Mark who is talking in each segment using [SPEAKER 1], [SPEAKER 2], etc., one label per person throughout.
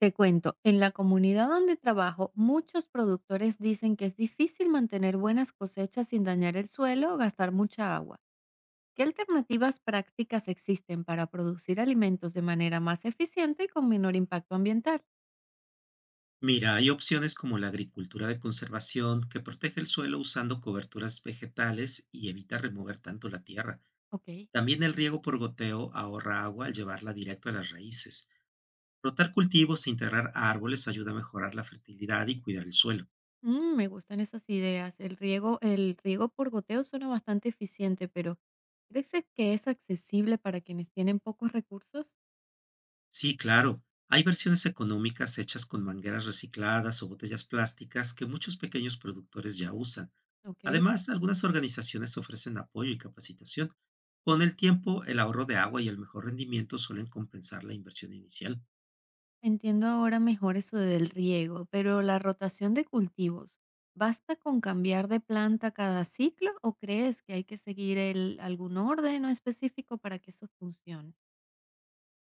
[SPEAKER 1] Te cuento, en la comunidad donde trabajo, muchos productores dicen que es difícil mantener buenas cosechas sin dañar el suelo o gastar mucha agua. ¿Qué alternativas prácticas existen para producir alimentos de manera más eficiente y con menor impacto ambiental?
[SPEAKER 2] Mira, hay opciones como la agricultura de conservación, que protege el suelo usando coberturas vegetales y evita remover tanto la tierra.
[SPEAKER 1] Ok,
[SPEAKER 2] También el riego por goteo ahorra agua al llevarla directo a las raíces. Rotar cultivos e integrar árboles ayuda a mejorar la fertilidad y cuidar el suelo.
[SPEAKER 1] me gustan esas ideas. El riego por goteo suena bastante eficiente, pero ¿crees que es accesible para quienes tienen pocos recursos?
[SPEAKER 2] Sí, claro, hay versiones económicas hechas con mangueras recicladas o botellas plásticas que muchos pequeños productores ya usan.
[SPEAKER 1] Ok.
[SPEAKER 2] Además, algunas organizaciones ofrecen apoyo y capacitación. Con el tiempo, el ahorro de agua y el mejor rendimiento suelen compensar la inversión inicial.
[SPEAKER 1] Entiendo ahora mejor eso del riego, pero la rotación de cultivos, ¿basta con cambiar de planta cada ciclo o crees que hay que seguir algún orden o específico para que eso funcione?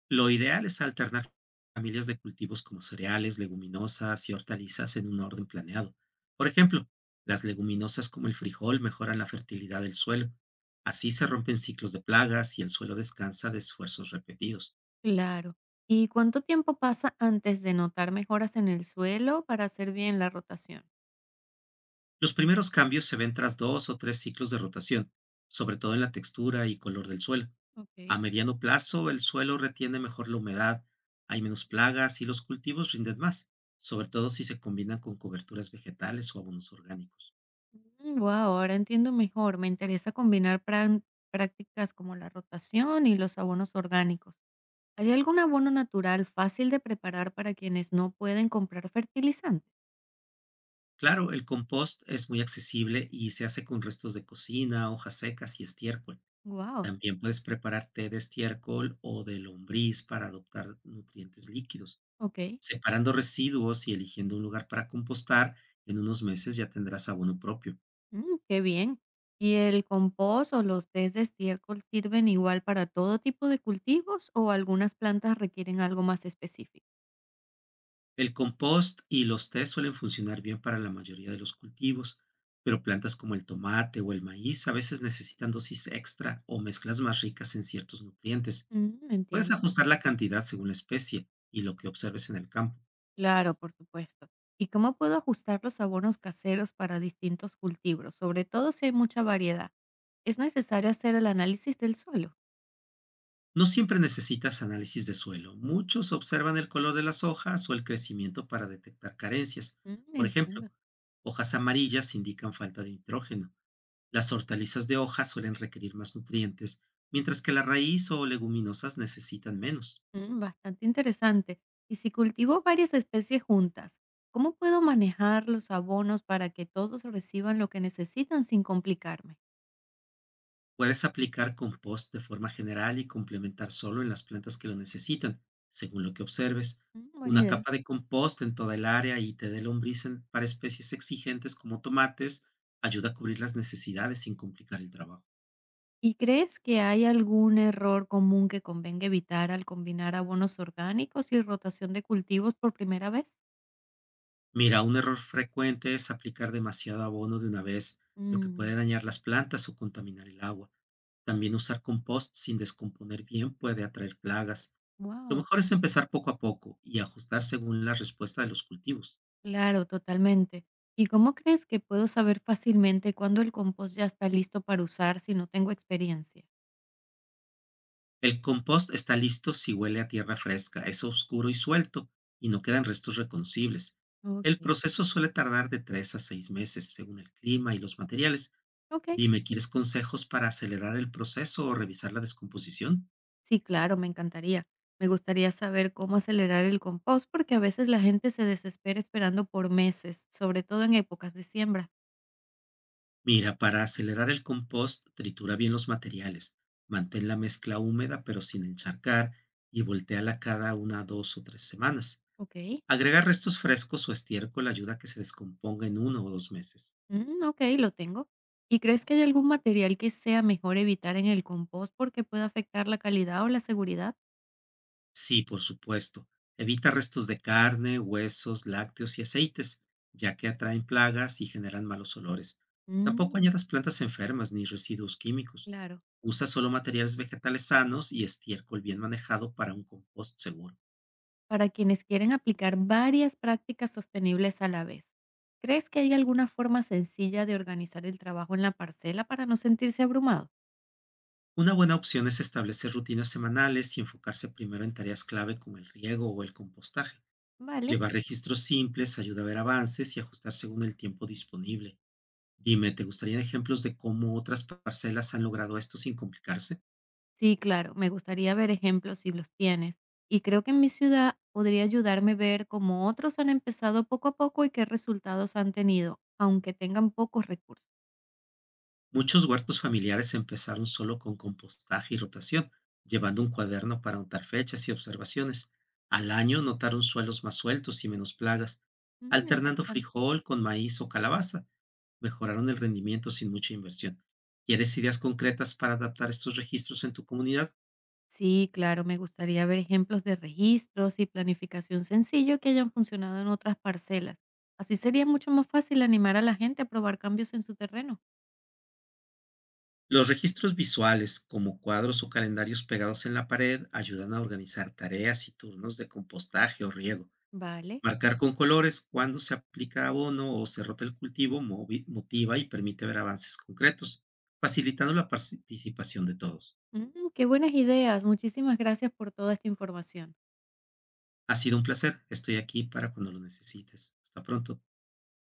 [SPEAKER 2] Lo ideal es alternar familias de cultivos como cereales, leguminosas y hortalizas en un orden planeado. Por ejemplo, las leguminosas como el frijol mejoran la fertilidad del suelo. Así se rompen ciclos de plagas y el suelo descansa de esfuerzos repetidos.
[SPEAKER 1] Claro. ¿Y cuánto tiempo pasa antes de notar mejoras en el suelo para hacer bien la rotación?
[SPEAKER 2] Los primeros cambios se ven tras dos o tres ciclos de rotación, sobre todo en la textura y color del suelo. A
[SPEAKER 1] Ok.
[SPEAKER 2] mediano plazo, el suelo retiene mejor la humedad, hay menos plagas y los cultivos rinden más, sobre todo si se combinan con coberturas vegetales o abonos orgánicos.
[SPEAKER 1] Wow, ahora entiendo mejor. Me interesa combinar prácticas como la rotación y los abonos orgánicos. ¿Hay algún abono natural fácil de preparar para quienes no pueden comprar fertilizantes?
[SPEAKER 2] Claro, el compost es muy accesible y se hace con restos de cocina, hojas secas y estiércol.
[SPEAKER 1] Wow,
[SPEAKER 2] También puedes preparar té de estiércol o de lombriz para adoptar nutrientes líquidos.
[SPEAKER 1] ok,
[SPEAKER 2] Separando residuos y eligiendo un lugar para compostar, en unos meses ya tendrás abono propio.
[SPEAKER 1] qué bien. ¿Y el compost o los test de estiércol sirven igual para todo tipo de cultivos o algunas plantas requieren algo más específico?
[SPEAKER 2] El compost y los test suelen funcionar bien para la mayoría de los cultivos, pero plantas como el tomate o el maíz a veces necesitan dosis extra o mezclas más ricas en ciertos nutrientes.
[SPEAKER 1] Mm,
[SPEAKER 2] Puedes
[SPEAKER 1] entiendo.
[SPEAKER 2] ajustar la cantidad según la especie y lo que observes en el campo.
[SPEAKER 1] Claro, por supuesto. ¿Y cómo puedo ajustar los abonos caseros para distintos cultivos, sobre todo si hay mucha variedad? ¿Es necesario hacer el análisis del suelo?
[SPEAKER 2] No siempre necesitas análisis de suelo. Muchos observan el color de las hojas o el crecimiento para detectar carencias.
[SPEAKER 1] Mm,
[SPEAKER 2] Por ejemplo,
[SPEAKER 1] entiendo.
[SPEAKER 2] hojas amarillas indican falta de nitrógeno. Las hortalizas de hoja suelen requerir más nutrientes, mientras que la raíz o leguminosas necesitan menos.
[SPEAKER 1] Mm, bastante interesante. Y si cultivo varias especies juntas, ¿cómo puedo manejar los abonos para que todos reciban lo que necesitan sin complicarme?
[SPEAKER 2] Puedes aplicar compost de forma general y complementar solo en las plantas que lo necesitan, según lo que observes.
[SPEAKER 1] Mm, buena
[SPEAKER 2] Una
[SPEAKER 1] idea.
[SPEAKER 2] capa de compost en toda el área y té de lombriz para especies exigentes como tomates ayuda a cubrir las necesidades sin complicar el trabajo.
[SPEAKER 1] ¿Y crees que hay algún error común que convenga evitar al combinar abonos orgánicos y rotación de cultivos por primera vez?
[SPEAKER 2] Mira, un error frecuente es aplicar demasiado abono de una vez, lo que puede dañar las plantas o contaminar el agua. También usar compost sin descomponer bien puede atraer plagas. Lo
[SPEAKER 1] Wow.
[SPEAKER 2] mejor es empezar poco a poco y ajustar según la respuesta de los cultivos.
[SPEAKER 1] Claro, totalmente. ¿Y cómo crees que puedo saber fácilmente cuándo el compost ya está listo para usar si no tengo experiencia?
[SPEAKER 2] El compost está listo si huele a tierra fresca, es oscuro y suelto y no quedan restos reconocibles. El
[SPEAKER 1] Ok.
[SPEAKER 2] proceso suele tardar de 3 a 6 meses según el clima y los materiales.
[SPEAKER 1] Ok,
[SPEAKER 2] Dime, ¿quieres consejos para acelerar el proceso o revisar la descomposición?
[SPEAKER 1] sí, claro, me encantaría. Me gustaría saber cómo acelerar el compost porque a veces la gente se desespera esperando por meses, sobre todo en épocas de siembra.
[SPEAKER 2] Mira, para acelerar el compost, tritura bien los materiales, mantén la mezcla húmeda pero sin encharcar y voltéala cada una, dos o tres semanas.
[SPEAKER 1] Ok.
[SPEAKER 2] Agregar restos frescos o estiércol ayuda a que se descomponga en uno o dos meses.
[SPEAKER 1] Mm, ok, lo tengo. ¿Y crees que hay algún material que sea mejor evitar en el compost porque pueda afectar la calidad o la seguridad?
[SPEAKER 2] Sí, por supuesto. Evita restos de carne, huesos, lácteos y aceites, ya que atraen plagas y generan malos olores. Tampoco
[SPEAKER 1] Mm,
[SPEAKER 2] añadas plantas enfermas ni residuos químicos.
[SPEAKER 1] claro.
[SPEAKER 2] Usa solo materiales vegetales sanos y estiércol bien manejado para un compost seguro.
[SPEAKER 1] Para quienes quieren aplicar varias prácticas sostenibles a la vez, ¿crees que hay alguna forma sencilla de organizar el trabajo en la parcela para no sentirse abrumado?
[SPEAKER 2] Una buena opción es establecer rutinas semanales y enfocarse primero en tareas clave como el riego o el compostaje.
[SPEAKER 1] Vale.
[SPEAKER 2] Llevar registros simples ayuda a ver avances y ajustar según el tiempo disponible. Dime, ¿te gustarían ejemplos de cómo otras parcelas han logrado esto sin complicarse?
[SPEAKER 1] Sí, claro, me gustaría ver ejemplos si los tienes. Y creo que en mi ciudad podría ayudarme ver cómo otros han empezado poco a poco y qué resultados han tenido, aunque tengan pocos recursos.
[SPEAKER 2] Muchos huertos familiares empezaron solo con compostaje y rotación, llevando un cuaderno para anotar fechas y observaciones. Al año notaron suelos más sueltos y menos plagas,
[SPEAKER 1] Mm,
[SPEAKER 2] alternando
[SPEAKER 1] interesante.
[SPEAKER 2] frijol con maíz o calabaza. Mejoraron el rendimiento sin mucha inversión. ¿Quieres ideas concretas para adaptar estos registros en tu comunidad?
[SPEAKER 1] Sí, claro, me gustaría ver ejemplos de registros y planificación sencillo que hayan funcionado en otras parcelas. Así sería mucho más fácil animar a la gente a probar cambios en su terreno.
[SPEAKER 2] Los registros visuales, como cuadros o calendarios pegados en la pared, ayudan a organizar tareas y turnos de compostaje o riego.
[SPEAKER 1] Vale.
[SPEAKER 2] Marcar con colores cuándo se aplica abono o se rota el cultivo motiva y permite ver avances concretos, facilitando la participación de todos.
[SPEAKER 1] Mm, qué buenas ideas. Muchísimas gracias por toda esta información.
[SPEAKER 2] Ha sido un placer. Estoy aquí para cuando lo necesites. Hasta pronto.